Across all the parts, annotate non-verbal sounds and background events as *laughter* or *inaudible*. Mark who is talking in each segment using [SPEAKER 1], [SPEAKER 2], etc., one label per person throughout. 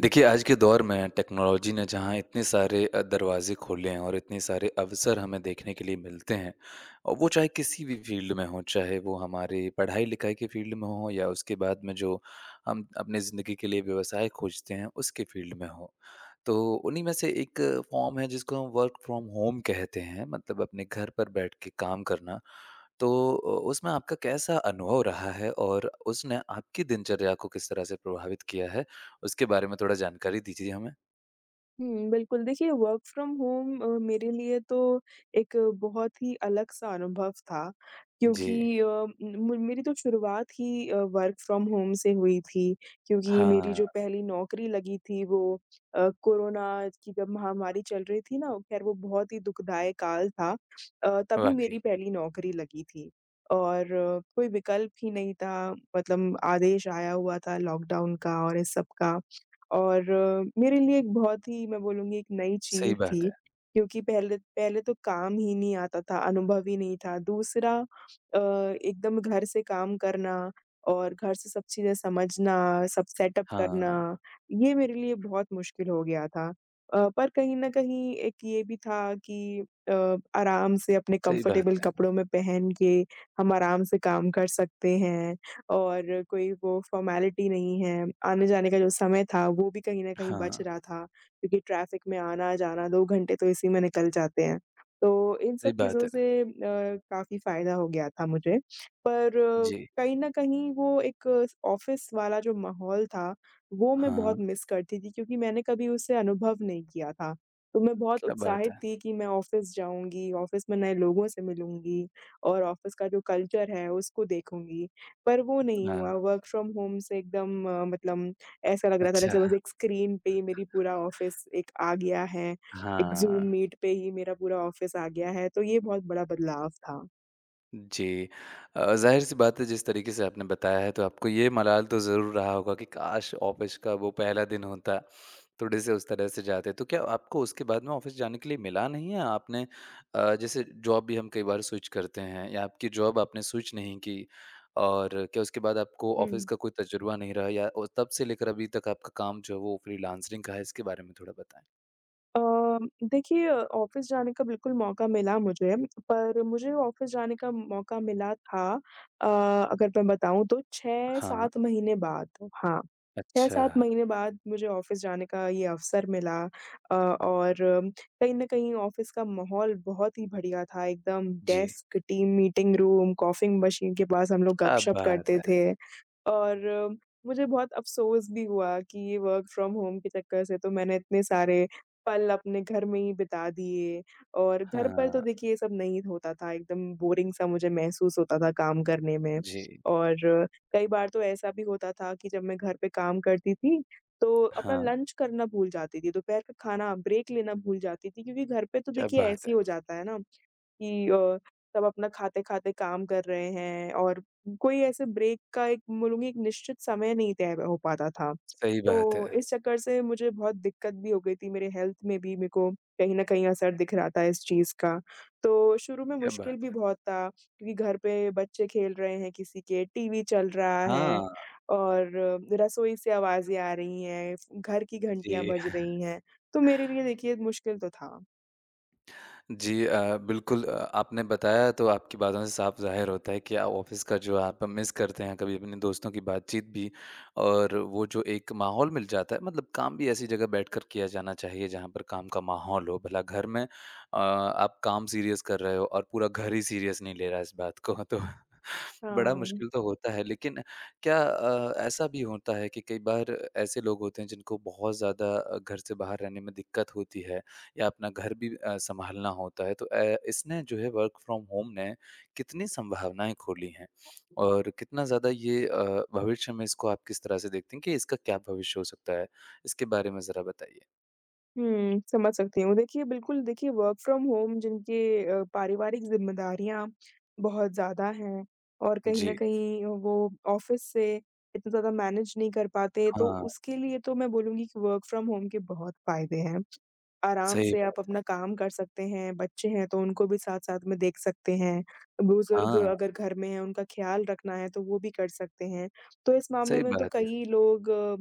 [SPEAKER 1] देखिए, आज के दौर में टेक्नोलॉजी ने जहाँ इतने सारे दरवाज़े खोले हैं और इतने सारे अवसर हमें देखने के लिए मिलते हैं और वो चाहे किसी भी फ़ील्ड में हों, चाहे वो हमारे पढ़ाई-लिखाई के फ़ील्ड में हों या उसके बाद में जो हम अपने ज़िंदगी के लिए व्यवसाय खोजते हैं, उसके फ़ील्ड में हों। तो उन्हीं में से एक फ़ॉर्म है जिसको हम वर्क फ्रॉम होम कहते हैं, मतलब अपने घर पर बैठ के काम करना। तो उसमें आपका कैसा अनुभव रहा है और उसने आपकी दिनचर्या को किस तरह से प्रभावित किया है? उसके बारे में थोड़ा जानकारी दीजिए हमें।
[SPEAKER 2] हुँ, बिल्कुल। देखिए, वर्क फ्रॉम होम मेरे लिए तो एक बहुत ही अलग सा अनुभव था,
[SPEAKER 1] जी।
[SPEAKER 2] क्योंकि अ, म मेरी तो शुरुआत ही वर्क फ्रॉम होम से हुई थी। क्योंकि मेरी
[SPEAKER 1] हाँ,
[SPEAKER 2] जो पहली नौकरी लगी थी वो कोरोना की जब महामारी चल रही थी ना, ख़ैर वो बहुत ही दुखदायक काल था। तभी
[SPEAKER 1] वाक़ई।
[SPEAKER 2] मेरी पहली नौकरी लगी थी और कोई विकल्प ही नहीं था। मतलब आदेश आया हुआ था लॉकडाउन का और इस सब का। और मेरे लिए एक बहुत ही, मैं बोलूँगी, एक नई
[SPEAKER 1] सही
[SPEAKER 2] चीज़
[SPEAKER 1] बात
[SPEAKER 2] थी,
[SPEAKER 1] है।
[SPEAKER 2] क्योंकि पहले पहले तो काम ही नहीं आता था, अनुभव ही नहीं था। दूसरा, एकदम घर से काम करना और घर से सब चीज़ें समझना, सब सेटअप
[SPEAKER 1] हाँ,
[SPEAKER 2] करना, ये मेरे लिए बहुत मुश्किल हो गया था। पर कहीं न कहीं एक ये भी था कि आराम से अपने
[SPEAKER 1] सही बात
[SPEAKER 2] कंफर्टेबल
[SPEAKER 1] है।
[SPEAKER 2] कपड़ों में पहन के हम आराम से काम कर सकते हैं। और कोई वो फ़ॉर्मेलिटी नहीं है। आने-जाने का जो समय था वो भी कहीं न कहीं बच
[SPEAKER 1] हाँ,
[SPEAKER 2] रहा था, क्योंकि ट्रैफ़िक में आना-जाना 2 घंटे तो इसी में निकल जाते हैं। तो इन सब
[SPEAKER 1] सही बात
[SPEAKER 2] चीज़ों
[SPEAKER 1] है।
[SPEAKER 2] से काफ़ी फ़ायदा हो गया था मुझे। पर
[SPEAKER 1] जी।
[SPEAKER 2] कहीं न कहीं वो एक ऑफ़िस वाला जो माहौल था वो मैं
[SPEAKER 1] हाँ,
[SPEAKER 2] बहुत मिस करती थी, क्योंकि मैंने कभी उसे अनुभव नहीं किया था। तो मैं बहुत
[SPEAKER 1] क्या बात
[SPEAKER 2] उत्साहित
[SPEAKER 1] है!
[SPEAKER 2] थी कि मैं ऑफ़िस जाऊँगी, ऑफ़िस में नए लोगों से मिलूँगी और ऑफ़िस का जो कल्चर है उसको देखूँगी। पर वो नहीं
[SPEAKER 1] हाँ,
[SPEAKER 2] हुआ। वर्क फ्रॉम होम से एकदम मतलब ऐसा लग रहा था जैसे
[SPEAKER 1] अच्छा।
[SPEAKER 2] बस एक स्क्रीन पे ही मेरी पूरा ऑफ़िस एक आ गया है, एक ज़ूम
[SPEAKER 1] हाँ।
[SPEAKER 2] मीट पे ही मेरा पूरा ऑफ़िस आ गया है। तो ये बहुत बड़ा बदलाव था।
[SPEAKER 1] जी। ज़ाहिर-सी बात है जिस तरीके से आपने बताया है तो आपको ये मलाल तो ज़रूर रहा होगा कि काश ऑफ़िस का वो पहला दिन होता, थोड़े-से उस तरह से जाते। तो क्या आपको उसके बाद में ऑफ़िस जाने के लिए मिला नहीं है? आपने जैसे जॉब भी हम कई बार स्विच करते हैं या आपकी जॉब आपने स्विच नहीं की और क्या उसके बाद आपको ऑफ़िस
[SPEAKER 2] हुँ।
[SPEAKER 1] का कोई तजुर्बा नहीं रहा या ओ तब से लेकर अभी तक आपका काम जो है वो फ्रीलांसिंग का है? इसके बारे में थोड़ा बताएँ।
[SPEAKER 2] अ, देखिए, ऑफ़िस जाने का बिल्कुल मौका मिला मुझे, पर मुझे ऑफ़िस जाने का मौका मिला था अ, अगर मैं बताऊँ तो
[SPEAKER 1] हाँ,
[SPEAKER 2] 6-7 महीने बाद, हाँ। 6-7
[SPEAKER 1] अच्छा।
[SPEAKER 2] महीने बाद मुझे ऑफ़िस जाने का ये अवसर मिला। और कहीं न कहीं ऑफ़िस का माहौल बहुत ही बढ़िया था। एकदम
[SPEAKER 1] जी,
[SPEAKER 2] desk, team meeting room, coffee machine के पास हम लोग
[SPEAKER 1] क्या
[SPEAKER 2] गपशप
[SPEAKER 1] बात
[SPEAKER 2] करते
[SPEAKER 1] है!
[SPEAKER 2] थे। और मुझे बहुत अफ़सोस भी हुआ कि ये वर्क फ्रॉम होम के चक्कर से तो मैंने इतने सारे पल अपने घर में ही बिता दिए, और घर पर तो
[SPEAKER 1] हाँ,
[SPEAKER 2] देखिए ये सब नहीं होता था, एकदम बोरिंग सा मुझे महसूस होता था काम करने में।
[SPEAKER 1] जी,
[SPEAKER 2] और कई बार तो ऐसा भी होता था कि जब मैं घर पे काम करती थी, तो अपना
[SPEAKER 1] हाँ।
[SPEAKER 2] लंच करना भूल जाती थी, दोपहर का खाना, ब्रेक लेना भूल जाती थी, क्योंकि घर पे तो
[SPEAKER 1] क्या
[SPEAKER 2] देखिए
[SPEAKER 1] बात
[SPEAKER 2] ऐसे ही हो
[SPEAKER 1] है!
[SPEAKER 2] जाता है ना कि सब अपना खाते-खाते काम कर रहे हैं और कोई ऐसे ब्रेक का, एक बोलूँगी, एक निश्चित समय नहीं तय हो पाता था।
[SPEAKER 1] सही बात है,
[SPEAKER 2] तो इस चक्कर से मुझे बहुत दिक्कत भी हो गई थी, मेरे हेल्थ में भी मेरे को कहीं न कहीं असर दिख रहा था इस चीज़ का। तो शुरू में
[SPEAKER 1] क्या
[SPEAKER 2] मुश्किल
[SPEAKER 1] बात
[SPEAKER 2] भी
[SPEAKER 1] है।
[SPEAKER 2] बहुत था, क्योंकि घर पे बच्चे खेल रहे हैं किसी के, टीवी चल रहा है
[SPEAKER 1] हाँ,
[SPEAKER 2] और रसोई से आवाज़ें आ रही हैं, घर की घंटियाँ
[SPEAKER 1] जी,
[SPEAKER 2] बज रही हैं। तो मेरे लिए देखिए मुश्किल तो था।
[SPEAKER 1] जी बिल्कुल आपने बताया तो आपकी बातों से साफ ज़ाहिर होता है कि आप ऑफ़िस का जो आप मिस करते हैं, कभी अपने दोस्तों की बातचीत भी और वो जो एक माहौल मिल जाता है मतलब काम भी ऐसी जगह बैठकर किया जाना चाहिए जहाँ पर काम का माहौल हो। भला घर में आप काम सीरियस कर रहे हो और पूरा घर ही सीरियस नहीं ले रहा है इस बात को *laughs* तो बड़ा
[SPEAKER 2] हाँ।
[SPEAKER 1] मुश्किल तो होता है, लेकिन क्या ऐसा भी होता है कि कई बार ऐसे लोग होते हैं जिनको बहुत ज़्यादा घर से बाहर रहने में दिक्कत होती है या अपना घर भी सँभालना होता है, तो इसने जो है वर्क फ्रॉम होम ने कितनी संभावनाएँ खोली हैं? और कितना ज़्यादा ये भविष्य में इसको आप किस तरह से देखते हैं कि इसका क्या भविष्य हो सकता है? इसके बारे में ज़रा बताइए।
[SPEAKER 2] हुँ, समझ सकती हूँ। देखिए, बिल्कुल, देखिए वर्क फ्रॉम होम जिनके पारिवारिक ज़िम्मेदारियाँ बहुत ज़्यादा हैं और कहीं न
[SPEAKER 1] जी,
[SPEAKER 2] कहीं वो ऑफ़िस से इतना ज़्यादा मैनेज नहीं कर पाते, तो
[SPEAKER 1] हाँ,
[SPEAKER 2] उसके लिए तो मैं बोलूँगी कि वर्क फ्रॉम होम के बहुत फ़ायदे हैं। आराम
[SPEAKER 1] सही
[SPEAKER 2] से आप
[SPEAKER 1] बात है।
[SPEAKER 2] अपना काम कर सकते हैं, बच्चे हैं तो उनको भी साथ-साथ में देख सकते हैं, बुज़ुर्ग
[SPEAKER 1] हाँ,
[SPEAKER 2] अगर घर में हैं उनका ख़्याल रखना है तो वो भी कर सकते हैं। तो इस मामले
[SPEAKER 1] सही
[SPEAKER 2] में तो
[SPEAKER 1] बात है।
[SPEAKER 2] कई लोग अ,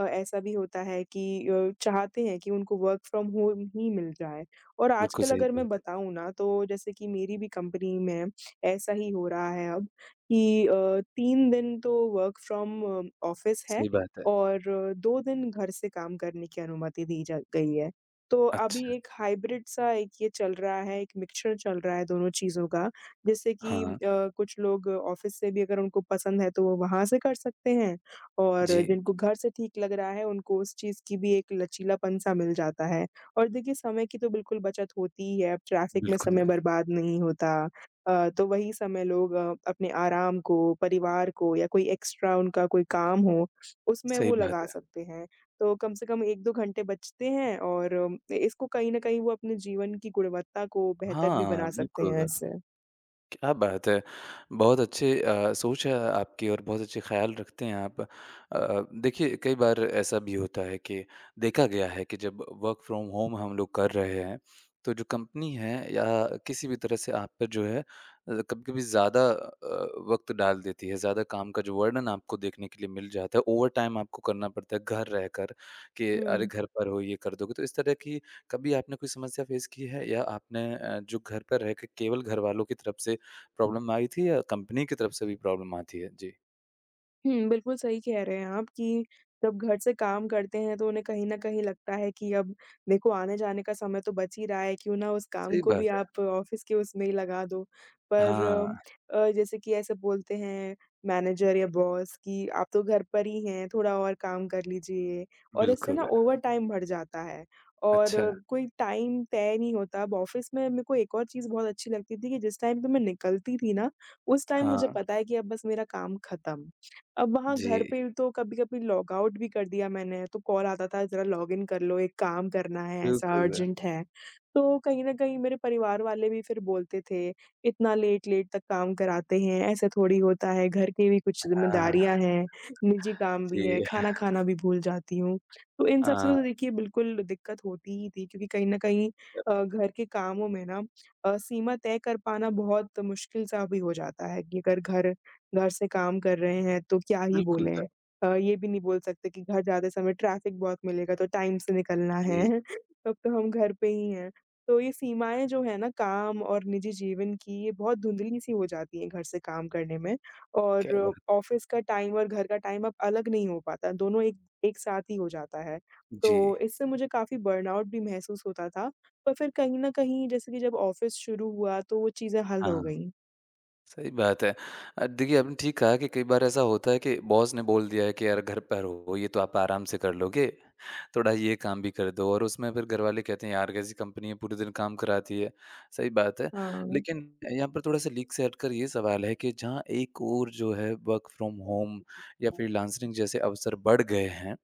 [SPEAKER 2] अ, ऐसा भी होता है कि चाहते हैं कि उनको वर्क फ्रॉम होम ही मिल जाए। और
[SPEAKER 1] बिल्कुल
[SPEAKER 2] आजकल
[SPEAKER 1] सही
[SPEAKER 2] अगर मैं
[SPEAKER 1] बात है।
[SPEAKER 2] बताऊँ ना तो जैसे कि मेरी भी कंपनी में ऐसा ही हो रहा है अब, कि 3 दिन तो वर्क फ्रॉम ऑफ़िस है
[SPEAKER 1] सही बात है।
[SPEAKER 2] और 2 दिन घर से काम करने की अनुमति दी जा गई है। तो अभी
[SPEAKER 1] अच्छा,
[SPEAKER 2] एक हाइब्रिड सा एक ये चल रहा है, एक मिक्सचर चल रहा है दोनों चीज़ों का, जैसे कि
[SPEAKER 1] हाँ,
[SPEAKER 2] कुछ लोग ऑफ़िस से भी, अगर उनको पसंद है तो वो वहाँ से कर सकते हैं, और
[SPEAKER 1] जी,
[SPEAKER 2] जिनको घर से ठीक लग रहा है उनको उस चीज़ की भी एक लचीलापन-सा मिल जाता है। और देखिए समय की तो बिल्कुल बचत होती ही है, अब ट्रैफ़िक में
[SPEAKER 1] बिल्कुल।
[SPEAKER 2] समय बर्बाद नहीं होता। तो वही समय लोग अपने आराम को, परिवार को, या कोई एक्स्ट्रा उनका कोई काम हो, उसमें
[SPEAKER 1] सही
[SPEAKER 2] वो
[SPEAKER 1] बात
[SPEAKER 2] लगा
[SPEAKER 1] है।
[SPEAKER 2] सकते हैं। तो कम से कम 1-2 घंटे बचते हैं और इसको कहीं न कहीं वो अपने जीवन की गुणवत्ता को बेहतर भी
[SPEAKER 1] हाँ,
[SPEAKER 2] बना सकते हैं
[SPEAKER 1] बिल्कुल।
[SPEAKER 2] इससे।
[SPEAKER 1] क्या बात है! बहुत अच्छे सोच है आपकी और बहुत अच्छे ख़्याल रखते हैं आप। देखिए कई बार ऐसा भी होता है कि देखा गया है कि जब वर्क फ्रॉम होम हम लोग कर रहे हैं, तो जो कंपनी है या किसी भी तरह से आप पे जो है कभी-कभी ज़्यादा वक़्त डाल देती है, ज़्यादा काम का जो वर्णन आपको देखने के लिए मिल जाता है, ओवरटाइम आपको करना पड़ता है घर रहकर कि अरे!
[SPEAKER 2] हुँ।
[SPEAKER 1] घर पर हो ये कर दोगे। तो इस तरह की कभी आपने कोई समस्या फ़ेस की है या आपने जो घर पर रहकर केवल घरवालों की तरफ से प्रॉब्लम आई थी या कंपनी की तरफ से भी प्रॉब्लम आती है? जी,
[SPEAKER 2] हुँ, बिल्कुल सही कह रहे हैं आप, कि जब घर से काम करते हैं तो उन्हें कहीं न कहीं लगता है कि अब देखो आने-जाने का समय तो बच ही रहा है, क्यों ना उस काम
[SPEAKER 1] सही
[SPEAKER 2] को भी
[SPEAKER 1] बात है।
[SPEAKER 2] आप ऑफ़िस के उसमें ही लगा दो। पर
[SPEAKER 1] हाँ,
[SPEAKER 2] जैसे कि ऐसे बोलते हैं मैनेजर या बॉस कि आप तो घर पर ही हैं, थोड़ा और काम कर लीजिए, और इससे ना
[SPEAKER 1] बिल्कुल।
[SPEAKER 2] ओवरटाइम बढ़ जाता है और
[SPEAKER 1] अच्छा,
[SPEAKER 2] कोई टाइम तय नहीं होता। अब ऑफ़िस में मेरे को एक और चीज़ बहुत अच्छी लगती थी कि जिस टाइम पे मैं निकलती थी ना, उस टाइम मुझे
[SPEAKER 1] हाँ,
[SPEAKER 2] पता है कि अब बस मेरा काम खत्म। अब वहाँ
[SPEAKER 1] जी,
[SPEAKER 2] घर पे तो कभी-कभी लॉगआउट भी कर दिया मैंने, तो कॉल आता था ज़रा लॉगिन कर लो, एक काम करना है, ऐसा
[SPEAKER 1] बिल्कुल।
[SPEAKER 2] अर्जेंट है। तो कहीं न कहीं मेरे परिवार वाले भी फिर बोलते थे, "इतना लेट-लेट तक काम कराते हैं, ऐसे थोड़ी होता है, घर की भी कुछ
[SPEAKER 1] हाँ,
[SPEAKER 2] ज़िम्मेदारियाँ हैं, निजी काम भी
[SPEAKER 1] जी,
[SPEAKER 2] है, खाना खाना भी भूल जाती हूँ।" तो इन सब से
[SPEAKER 1] हाँ,
[SPEAKER 2] तो देखिए बिल्कुल दिक्कत होती ही थी, क्योंकि कहीं न कहीं घर के कामों में ना सीमा तय कर पाना बहुत मुश्किल-सा भी हो जाता है, कि अगर घर घर से काम कर रहे हैं तो क्या ही
[SPEAKER 1] बिल्कुल,
[SPEAKER 2] बोलें। ये भी नहीं बोल सकते कि घर जाते समय ट्रैफिक बहुत मिलेगा तो टाइम से निकलना है
[SPEAKER 1] जी,
[SPEAKER 2] *laughs* तब तो हम घर पे ही हैं। तो ये सीमाएँ जो हैं ना काम और निजी जीवन की, ये बहुत धुंधली-सी हो जाती हैं घर से काम करने में, और
[SPEAKER 1] क्या बात
[SPEAKER 2] ऑफ़िस का टाइम और घर का टाइम अब अलग नहीं हो पाता, दोनों एक एक साथ ही हो जाता है।
[SPEAKER 1] जी,
[SPEAKER 2] तो इससे मुझे काफ़ी बर्नआउट भी महसूस होता था, पर फिर कहीं न कहीं जैसे कि जब ऑफ़िस शुरू हुआ तो वो चीज़ें हल हो
[SPEAKER 1] हाँ।
[SPEAKER 2] गईं।
[SPEAKER 1] सही बात है। देखिए आपने ठीक कहा कि कई बार ऐसा होता है कि बॉस ने बोल दिया है कि यार घर पर हो, ये तो आप आराम से कर लोगे, थोड़ा ये काम भी कर दो और उसमें फिर घरवाले कहते हैं यार कैसी कंपनी है पूरे दिन काम कराती है। सही बात है।
[SPEAKER 2] हाँ।
[SPEAKER 1] लेकिन यहाँ पर थोड़ा-सा लीक से हटकर ये सवाल है कि जहाँ एक ओर जो है वर्क फ्रॉम होम या फ्रीलांसिंग जैसे अवसर बढ़ गए हैं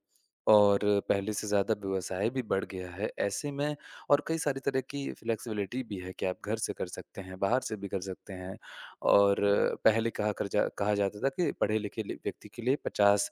[SPEAKER 1] और पहले से ज़्यादा व्यवसाय भी बढ़ गया है। ऐसे में और कई सारी तरह की फ्लेक्सिबिलिटी भी है कि आप घर से कर सकते हैं, बाहर से भी कर सकते हैं। और पहले कहा कर जा कहा जाता था कि पढ़े-लिखे लि व्यक्ति के लिए 50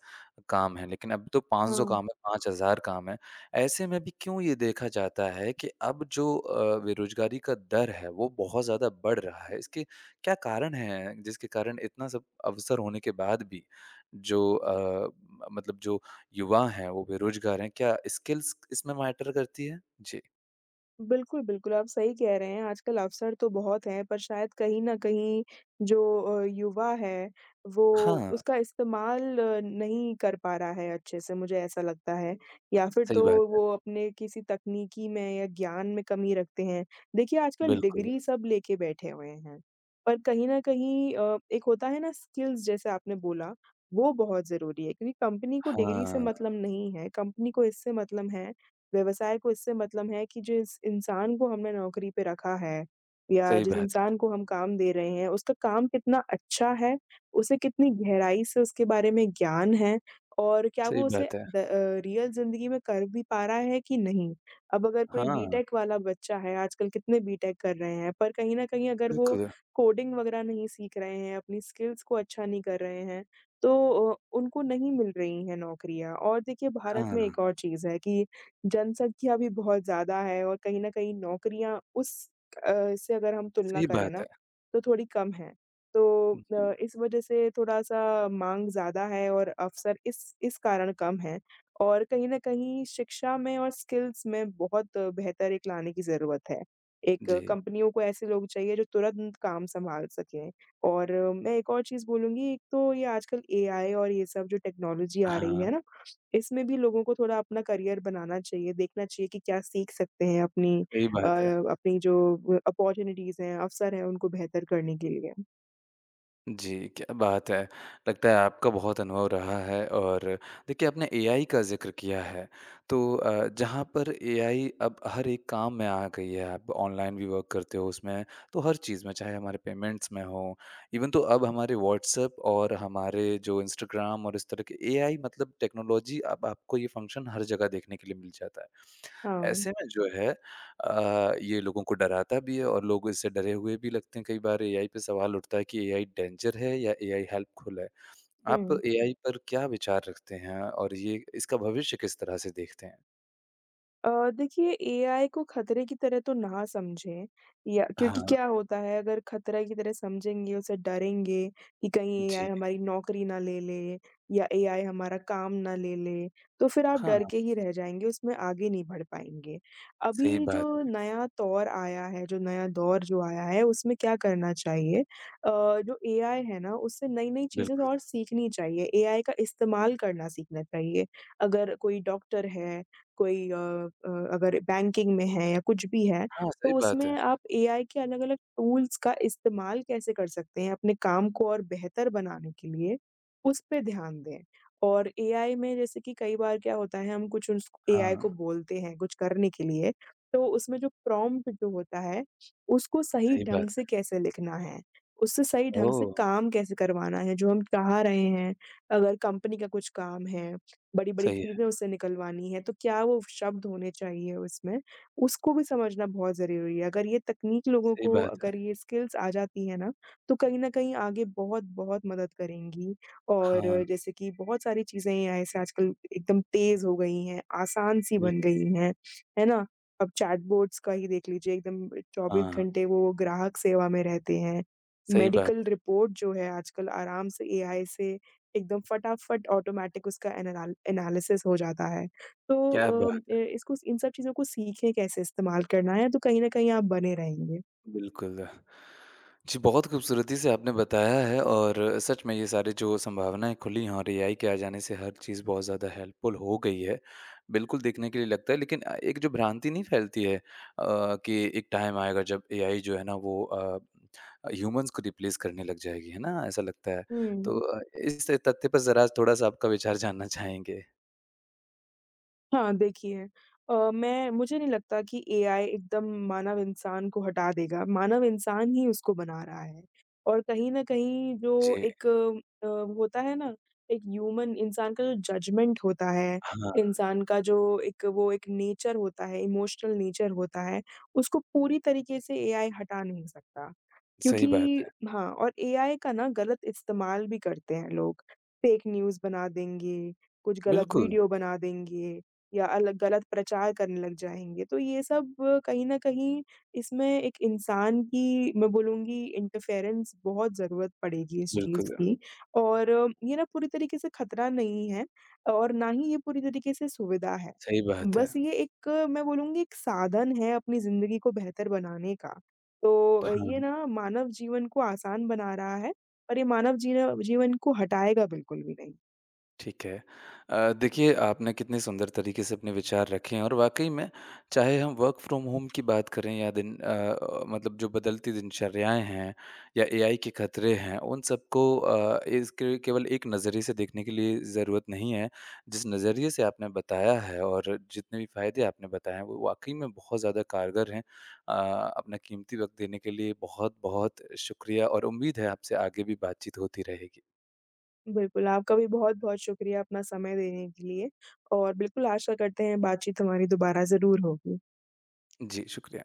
[SPEAKER 1] काम हैं, लेकिन अब तो 500
[SPEAKER 2] हाँ,
[SPEAKER 1] काम है, 5,000 काम है। ऐसे में भी क्यों ये देखा जाता है कि अब जो बेरोज़गारी का दर है, वो बहुत ज़्यादा बढ़ रहा है? इसके क्या कारण हैं, जिसके कारण इतना सब अवसर होने के बाद भी जो मतलब जो युवा हैं, वो बेरोज़गार हैं? क्या स्किल्स इसमें मैटर करती है? जी।
[SPEAKER 2] बिल्कुल, बिल्कुल, आप सही कह रहे हैं, आजकल अवसर तो बहुत हैं, पर शायद कहीं न कहीं जो युवा है, वो
[SPEAKER 1] हाँ,
[SPEAKER 2] उसका इस्तेमाल नहीं कर पा रहा है अच्छे से, मुझे ऐसा लगता है, या फिर
[SPEAKER 1] सही
[SPEAKER 2] तो
[SPEAKER 1] बात है।
[SPEAKER 2] वो अपने किसी तकनीकी में या ज्ञान में कमी रखते हैं। देखिए, आजकल
[SPEAKER 1] बिल्कुल।
[SPEAKER 2] डिग्री सब लेके बैठे हुए हैं, पर कहीं न कहीं एक होता है ना स्किल्स, जैसे आपने बोला, वो बहुत ज़रूरी है, क्योंकि कंपनी को डिग्री से
[SPEAKER 1] हाँ,
[SPEAKER 2] मतलब नहीं है, कंपनी को इससे मतलब है, व्यवसाय को इससे मतलब है कि जिस इंसान को हमने नौकरी पे रखा है या
[SPEAKER 1] सही
[SPEAKER 2] जिस
[SPEAKER 1] बात
[SPEAKER 2] इंसान को हम काम दे रहे हैं, उसका काम कितना अच्छा है, उसे कितनी गहराई से उसके बारे में ज्ञान है, और क्या
[SPEAKER 1] सही
[SPEAKER 2] वो उसे
[SPEAKER 1] बात है।
[SPEAKER 2] रियल ज़िंदगी में कर भी पा रहा है कि नहीं। अब अगर कोई
[SPEAKER 1] हाँ,
[SPEAKER 2] बीटेक वाला बच्चा है, आजकल कितने बीटेक कर रहे हैं, पर कहीं न कहीं अगर वो
[SPEAKER 1] बिल्कुल,
[SPEAKER 2] कोडिंग वगैरह नहीं सीख रहे हैं, अपनी स्किल्स को अच्छा नहीं कर रहे हैं, तो उनको नहीं मिल रही हैं नौकरियाँ। और देखिए भारत
[SPEAKER 1] हाँ,
[SPEAKER 2] में एक और चीज़ है कि जनसंख्या भी बहुत ज़्यादा है और कहीं न कहीं नौकरियाँ उस अ, से अगर हम तुलना
[SPEAKER 1] सही
[SPEAKER 2] करें
[SPEAKER 1] बात
[SPEAKER 2] ना,
[SPEAKER 1] है।
[SPEAKER 2] तो थोड़ी कम हैं। तो
[SPEAKER 1] जी,
[SPEAKER 2] इस वज़ह से थोड़ा-सा माँग ज़्यादा है और अवसर इस कारण कम हैं, और कहीं न कहीं शिक्षा में और स्किल्स में बहुत बेहतर एक लाने की ज़रूरत है। एक
[SPEAKER 1] जी,
[SPEAKER 2] कंपनियों को ऐसे लोग चाहिए जो तुरंत काम सँभाल सकें, और मैं एक और चीज़ बोलूँगी, एक तो ये आजकल एआई और ये सब जो टेक्नोलॉजी आ रही
[SPEAKER 1] हाँ,
[SPEAKER 2] है ना, इसमें भी लोगों को थोड़ा अपना करियर बनाना चाहिए, देखना चाहिए कि क्या सीख सकते हैं अपनी
[SPEAKER 1] सही
[SPEAKER 2] अ,
[SPEAKER 1] बात है।
[SPEAKER 2] अपनी जो अपॉर्च्युनिटीज़ हैं, अवसर हैं, उनको बेहतर करने के लिए।
[SPEAKER 1] जी, क्या बात है! लगता है आपका बहुत अनुभव रहा है और देखिए आपने एआई का ज़िक्र किया है, तो जहाँ पर एआई अब हर एक काम में आ गई है, आप ऑनलाइन भी वर्क करते हो उसमें, तो हर चीज़ में, चाहे हमारे पेमेंट्स में हो, इवन तो अब हमारे व्हाट्सएप और हमारे जो इंस्टाग्राम और इस तरह के एआई मतलब टेक्नोलॉजी अब आपको ये फंक्शन हर जगह देखने के लिए मिल जाता है।
[SPEAKER 2] हाँ।
[SPEAKER 1] ऐसे में जो है ये लोगों को डराता भी है और लोग इससे डरे हुए भी लगते हैं कई बार एआई पे सवाल उठता है कि एआई डेंजर है या एआई हेल्पफुल है। आप
[SPEAKER 2] हुँ।
[SPEAKER 1] एआई पर क्या विचार रखते हैं और ये इसका भविष्य किस तरह से देखते हैं?
[SPEAKER 2] अ, देखिए, एआई को खतरे की तरह तो ना समझें, या
[SPEAKER 1] हाँ,
[SPEAKER 2] क्योंकि क्या होता है अगर खतरा की तरह समझेंगे, उसे डरेंगे कि कहीं एआई
[SPEAKER 1] जी।
[SPEAKER 2] हमारी नौकरी ना ले ले या एआई हमारा काम ना ले ले, तो फिर आप
[SPEAKER 1] हाँ,
[SPEAKER 2] डर के ही रह जाएँगे, उसमें आगे नहीं बढ़ पाएँगे।
[SPEAKER 1] सही
[SPEAKER 2] अभी
[SPEAKER 1] बात
[SPEAKER 2] जो
[SPEAKER 1] है।
[SPEAKER 2] नया दौर आया है, जो नया दौर जो आया है, उसमें क्या करना चाहिए, जो एआई है ना, उससे नई-नई चीज़ें
[SPEAKER 1] बिल्कुल।
[SPEAKER 2] और सीखनी चाहिए, एआई का इस्तेमाल करना सीखना चाहिए। अगर कोई डॉक्टर है, कोई अगर बैंकिंग में है या कुछ भी है,
[SPEAKER 1] हाँ,
[SPEAKER 2] तो
[SPEAKER 1] सही बात
[SPEAKER 2] उसमें
[SPEAKER 1] है।
[SPEAKER 2] आप एआई के अलग-अलग टूल्स का इस्तेमाल कैसे कर सकते हैं अपने काम को और बेहतर बनाने के लिए, उस पे ध्यान दें। और एआई में जैसे कि कई बार क्या होता है, हम कुछ उस एआई
[SPEAKER 1] हाँ,
[SPEAKER 2] को बोलते हैं कुछ करने के लिए, तो उसमें जो प्रॉम्प्ट जो होता है, उसको सही
[SPEAKER 1] सही
[SPEAKER 2] ढंग
[SPEAKER 1] बात
[SPEAKER 2] से
[SPEAKER 1] है।
[SPEAKER 2] कैसे लिखना है, उससे सही ढंग से
[SPEAKER 1] ओह!
[SPEAKER 2] काम कैसे करवाना है जो हम चाह रहे हैं, अगर कंपनी का कुछ काम है। बड़ी-बड़ी
[SPEAKER 1] सही है,
[SPEAKER 2] चीज़ें उससे निकलवानी है, तो क्या वो शब्द होने चाहिए उसमें, उसको भी समझना बहुत ज़रूरी है। अगर ये तकनीक लोगों
[SPEAKER 1] सही
[SPEAKER 2] को,
[SPEAKER 1] बात
[SPEAKER 2] अगर
[SPEAKER 1] है।
[SPEAKER 2] ये स्किल्स आ जाती है ना, तो कहीं न कहीं आगे बहुत-बहुत मदद करेंगी,
[SPEAKER 1] हाँ,
[SPEAKER 2] और जैसे कि बहुत सारी चीज़ें एआई से आजकल एकदम तेज़ हो गई हैं, आसान-सी बन
[SPEAKER 1] बिल्कुल।
[SPEAKER 2] गई हैं, है ना? अब चैटबॉट्स का ही देख लीजिए, एकदम 24
[SPEAKER 1] हाँ,
[SPEAKER 2] घंटे वो ग्राहक सेवा में रहते हैं।
[SPEAKER 1] सही बात
[SPEAKER 2] मेडिकल
[SPEAKER 1] है।
[SPEAKER 2] रिपोर्ट जो है आजकल आराम से एआई से एकदम फटाफट ऑटोमेटिक उसका एनालिसिस हो जाता है। तो
[SPEAKER 1] क्या
[SPEAKER 2] अ,
[SPEAKER 1] बात
[SPEAKER 2] ए इसको इन सब चीज़ों को सीखें कैसे इस्तेमाल करना है, तो कहीं न कहीं आप बने रहेंगे।
[SPEAKER 1] बिल्कुल। जी, बहुत खूबसूरती से आपने बताया है और सच में ये सारी जो संभावनाएँ खुली हैं और एआई के आ जाने से हर चीज़ बहुत ज़्यादा हेल्पफुल हो गई है। बिल्कुल देखने के लिए लगता है लेकिन एक जो भ्रांति नहीं फैलती है कि एक टाइम आएगा जब एआई जो है ना वो ह्यूमन्स को रिप्लेस करने लग जाएगी, है ना? ऐसा लगता है।
[SPEAKER 2] हुँ।
[SPEAKER 1] तो इस तथ्य पर ज़रा थोड़ा-सा आपका विचार जानना चाहेंगे?
[SPEAKER 2] हाँ, देखिए अ, मैं मुझे नहीं लगता कि एआई एकदम मानव इंसान को हटा देगा, मानव इंसान ही उसको बना रहा है। और कहीं न कहीं जो
[SPEAKER 1] जी,
[SPEAKER 2] एक अ, होता है ना, एक ह्यूमन इंसान का जो जजमेंट होता है,
[SPEAKER 1] हाँ,
[SPEAKER 2] इंसान का जो एक वो एक नेचर होता है, इमोशनल नेचर होता है, उसको पूरी तरीके से एआई हटा नहीं सकता।
[SPEAKER 1] सही बात
[SPEAKER 2] क्योंकि
[SPEAKER 1] है।
[SPEAKER 2] हाँ, और एआई का ना गलत इस्तेमाल भी करते हैं लोग। फ़ेक न्यूज़ बना देंगे, कुछ गलत
[SPEAKER 1] बिल्कुल,
[SPEAKER 2] वीडियो बना देंगे, या अलग गलत प्रचार करने लग जाएँगे। तो ये सब कहीं न कहीं, इसमें एक इंसान की, मैं बोलूँगी, इंटरफेरेंस बहुत ज़रूरत पड़ेगी इस चीज़
[SPEAKER 1] बिल्कुल।
[SPEAKER 2] की। और ये ना पूरी तरीके से खतरा नहीं है, और ना ही ये पूरी तरीके से सुविधा है।
[SPEAKER 1] सही बात है।
[SPEAKER 2] बस ये एक, मैं बोलूँगी, एक साधन है अपनी ज़िंदगी को बेहतर बनाने का। तो ये
[SPEAKER 1] हाँ।
[SPEAKER 2] ना मानव जीवन को आसान बना रहा है, और ये मानव जीवन जीवन को हटाएगा बिल्कुल भी नहीं।
[SPEAKER 1] ठीक है। देखिए आपने कितने सुंदर तरीके से अपने विचार रखे हैं और वाक़ई में चाहे हम वर्क फ्रॉम होम की बात करें या दिन मतलब जो बदलती दिनचर्याएँ हैं या एआई के खतरे हैं, उन सबको इसके केवल एक नज़रिए से देखने के लिए ज़रूरत नहीं है। जिस नज़रिए से आपने बताया है और जितने भी फ़ायदे आपने बताए हैं, वो वाक़ई में बहुत ज़्यादा कारगर हैं। अ, अपना कीमती वक़्त देने के लिए बहुत-बहुत शुक्रिया और उम्मीद है आपसे आगे भी बातचीत होती रहेगी।
[SPEAKER 2] बिल्कुल, आपका भी बहुत-बहुत शुक्रिया अपना समय देने के लिए, और बिल्कुल आशा करते हैं बातचीत हमारी दोबारा ज़रूर होगी।
[SPEAKER 1] जी, शुक्रिया।